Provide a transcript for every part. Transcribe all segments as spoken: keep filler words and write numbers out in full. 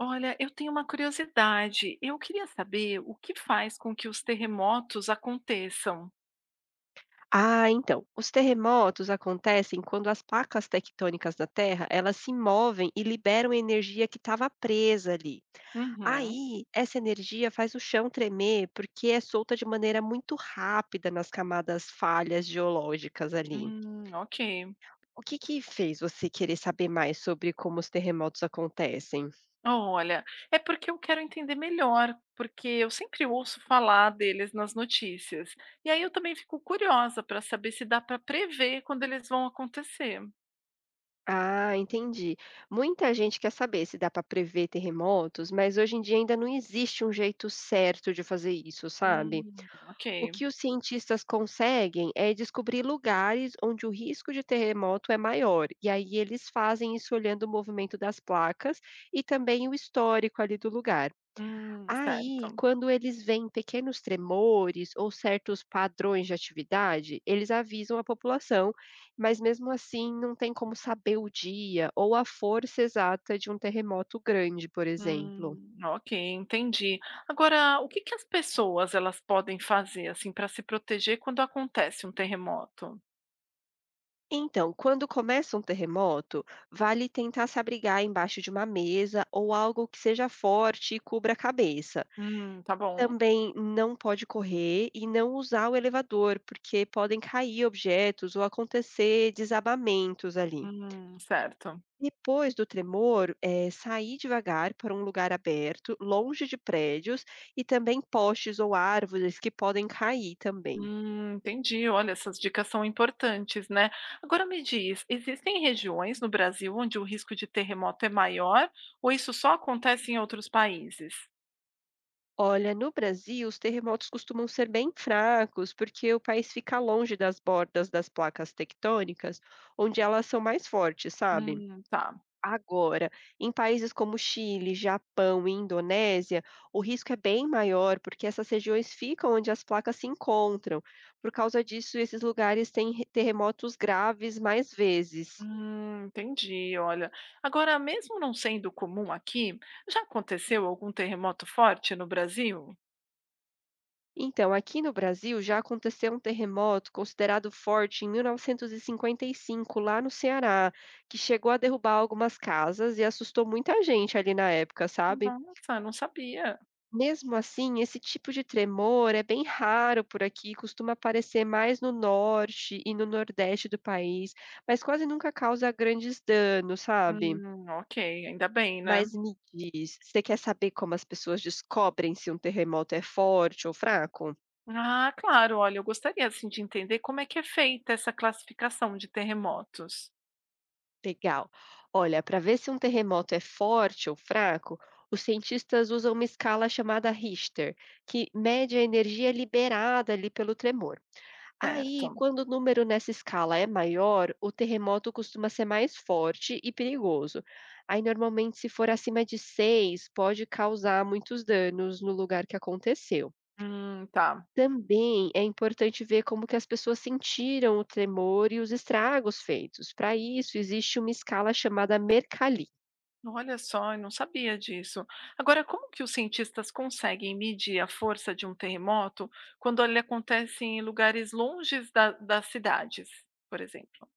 Olha, eu tenho uma curiosidade. Eu queria saber o que faz com que os terremotos aconteçam. Ah, então, os terremotos acontecem quando as placas tectônicas da Terra, elas se movem e liberam energia que estava presa ali. Uhum. Aí, essa energia faz o chão tremer porque é solta de maneira muito rápida nas camadas falhas geológicas ali. Hum, ok. O que que fez você querer saber mais sobre como os terremotos acontecem? Olha, é porque eu quero entender melhor, porque eu sempre ouço falar deles nas notícias. E aí eu também fico curiosa para saber se dá para prever quando eles vão acontecer. Ah, entendi. Muita gente quer saber se dá para prever terremotos, mas hoje em dia ainda não existe um jeito certo de fazer isso, sabe? Hum, ok. O que os cientistas conseguem é descobrir lugares onde o risco de terremoto é maior, e aí eles fazem isso olhando o movimento das placas e também o histórico ali do lugar. Hum, Aí, certo. quando eles veem pequenos tremores ou certos padrões de atividade, eles avisam a população, mas mesmo assim não tem como saber o dia ou a força exata de um terremoto grande, por exemplo. Hum, ok, entendi. Agora, o que que as pessoas elas podem fazer assim para se proteger quando acontece um terremoto? Então, quando começa um terremoto, vale tentar se abrigar embaixo de uma mesa ou algo que seja forte e cubra a cabeça. Hum, tá bom. Também não pode correr e não usar o elevador, porque podem cair objetos ou acontecer desabamentos ali. Hum, certo. Depois do tremor, eh, sair devagar para um lugar aberto, longe de prédios e também postes ou árvores que podem cair também. Hum, entendi. Olha, essas dicas são importantes, né? Agora me diz, existem regiões no Brasil onde o risco de terremoto é maior ou isso só acontece em outros países? Olha, no Brasil, os terremotos costumam ser bem fracos, porque o país fica longe das bordas das placas tectônicas, onde elas são mais fortes, sabe? Hum, tá. Agora, em países como Chile, Japão e Indonésia, o risco é bem maior, porque essas regiões ficam onde as placas se encontram. Por causa disso, esses lugares têm re- terremotos graves mais vezes. Hum, entendi, olha. Agora, mesmo não sendo comum aqui, já aconteceu algum terremoto forte no Brasil? Então, aqui no Brasil já aconteceu um terremoto considerado forte em mil novecentos e cinquenta e cinco, lá no Ceará, que chegou a derrubar algumas casas e assustou muita gente ali na época, sabe? Nossa, não sabia. Mesmo assim, esse tipo de tremor é bem raro por aqui, costuma aparecer mais no norte e no nordeste do país, mas quase nunca causa grandes danos, sabe? Hum, ok, ainda bem, né? Mas me diz, você quer saber como as pessoas descobrem se um terremoto é forte ou fraco? Ah, claro, olha, eu gostaria assim de entender como é que é feita essa classificação de terremotos. Legal. Olha, para ver se um terremoto é forte ou fraco, os cientistas usam uma escala chamada Richter, que mede a energia liberada ali pelo tremor. Aí, Certo. quando o número nessa escala é maior, o terremoto costuma ser mais forte e perigoso. Aí, normalmente, se for acima de seis, pode causar muitos danos no lugar que aconteceu. Hum, tá. Também é importante ver como que as pessoas sentiram o tremor e os estragos feitos. Para isso, existe uma escala chamada Mercalli. Olha só, eu não sabia disso. Agora, como que os cientistas conseguem medir a força de um terremoto quando ele acontece em lugares longes da- das cidades, por exemplo?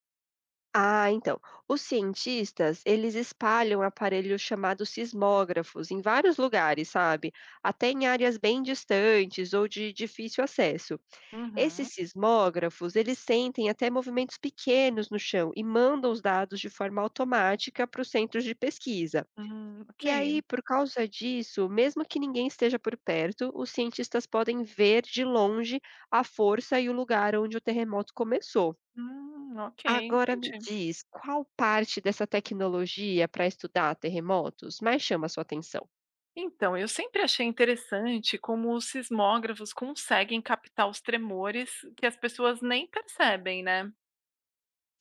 Ah, então, os cientistas, eles espalham aparelhos chamados sismógrafos em vários lugares, sabe? Até em áreas bem distantes ou de difícil acesso. Uhum. Esses sismógrafos, eles sentem até movimentos pequenos no chão e mandam os dados de forma automática para os centros de pesquisa. Hum, ok. E aí, por causa disso, mesmo que ninguém esteja por perto, os cientistas podem ver de longe a força e o lugar onde o terremoto começou. Hum, ok, Agora me entendi. diz, qual parte dessa tecnologia para estudar terremotos mais chama a sua atenção? Então, eu sempre achei interessante como os sismógrafos conseguem captar os tremores que as pessoas nem percebem, né?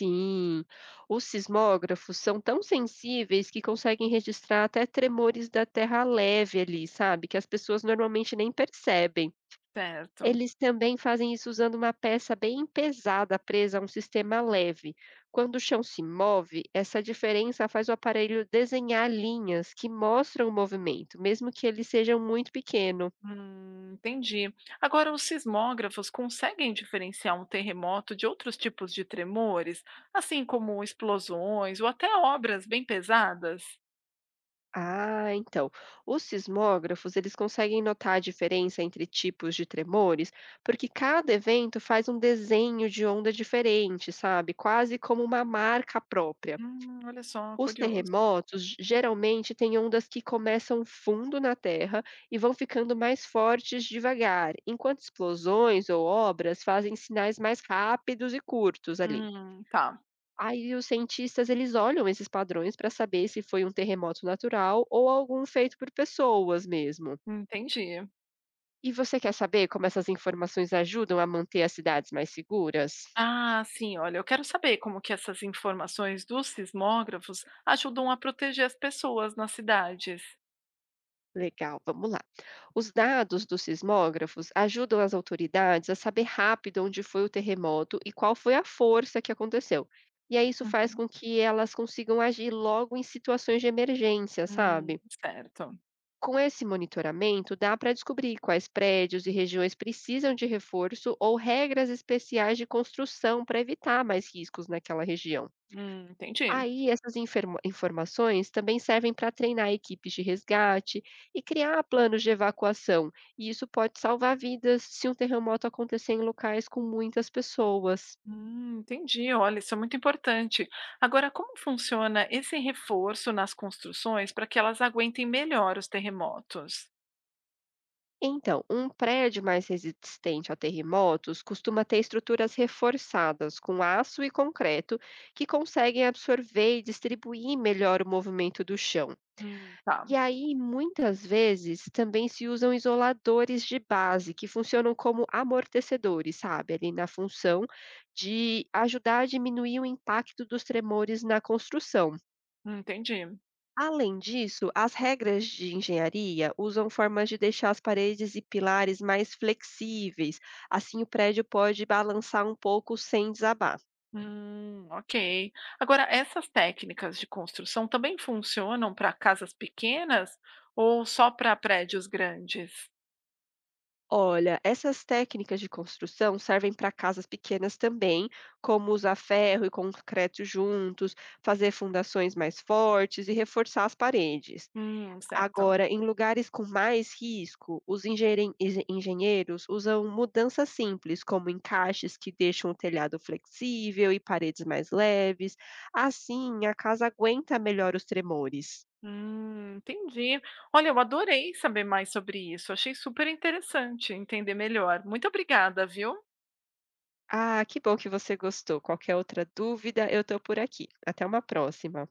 Sim, os sismógrafos são tão sensíveis que conseguem registrar até tremores da terra leve ali, sabe? Que as pessoas normalmente nem percebem. Certo. Eles também fazem isso usando uma peça bem pesada presa a um sistema leve. Quando o chão se move, essa diferença faz o aparelho desenhar linhas que mostram o movimento, mesmo que ele seja muito pequeno. Hum, entendi. Agora, os sismógrafos conseguem diferenciar um terremoto de outros tipos de tremores, assim como explosões ou até obras bem pesadas? Ah, então, os sismógrafos, eles conseguem notar a diferença entre tipos de tremores, porque cada evento faz um desenho de onda diferente, sabe? Quase como uma marca própria. Hum, olha só, Os curioso. terremotos geralmente têm ondas que começam fundo na terra e vão ficando mais fortes devagar, enquanto explosões ou obras fazem sinais mais rápidos e curtos ali. Hum, tá, Aí os cientistas eles olham esses padrões para saber se foi um terremoto natural ou algum feito por pessoas mesmo. entendi. E você quer saber como essas informações ajudam a manter as cidades mais seguras? Ah, sim, olha, eu quero saber como que essas informações dos sismógrafos ajudam a proteger as pessoas nas cidades. Legal, vamos lá. Os dados dos sismógrafos ajudam as autoridades a saber rápido onde foi o terremoto e qual foi a força que aconteceu. E aí isso faz com que elas consigam agir logo em situações de emergência, Hum, sabe? certo. Com esse monitoramento, dá para descobrir quais prédios e regiões precisam de reforço ou regras especiais de construção para evitar mais riscos naquela região. Hum, entendi. Aí essas inferma informações também servem para treinar equipes de resgate e criar planos de evacuação, e isso pode salvar vidas se um terremoto acontecer em locais com muitas pessoas. Hum, entendi. Olha, isso é muito importante. Agora, como funciona esse reforço nas construções para que elas aguentem melhor os terremotos? Então, um prédio mais resistente a terremotos costuma ter estruturas reforçadas com aço e concreto que conseguem absorver e distribuir melhor o movimento do chão. Hum, tá, E aí, muitas vezes, também se usam isoladores de base, que funcionam como amortecedores, sabe, ali na função de ajudar a diminuir o impacto dos tremores na construção. entendi. Além disso, as regras de engenharia usam formas de deixar as paredes e pilares mais flexíveis, assim o prédio pode balançar um pouco sem desabar. Hum, ok. Agora, essas técnicas de construção também funcionam para casas pequenas ou só para prédios grandes? Olha, essas técnicas de construção servem para casas pequenas também, como usar ferro e concreto juntos, fazer fundações mais fortes e reforçar as paredes. Hum, certo. Agora, em lugares com mais risco, os engenheiren- engen- engenheiros usam mudanças simples, como encaixes que deixam o telhado flexível e paredes mais leves. Assim, a casa aguenta melhor os tremores. Hum, entendi. Olha, eu adorei saber mais sobre isso. Achei super interessante entender melhor. Muito obrigada, viu? Ah, que bom que você gostou. Qualquer outra dúvida, eu estou por aqui. Até uma próxima.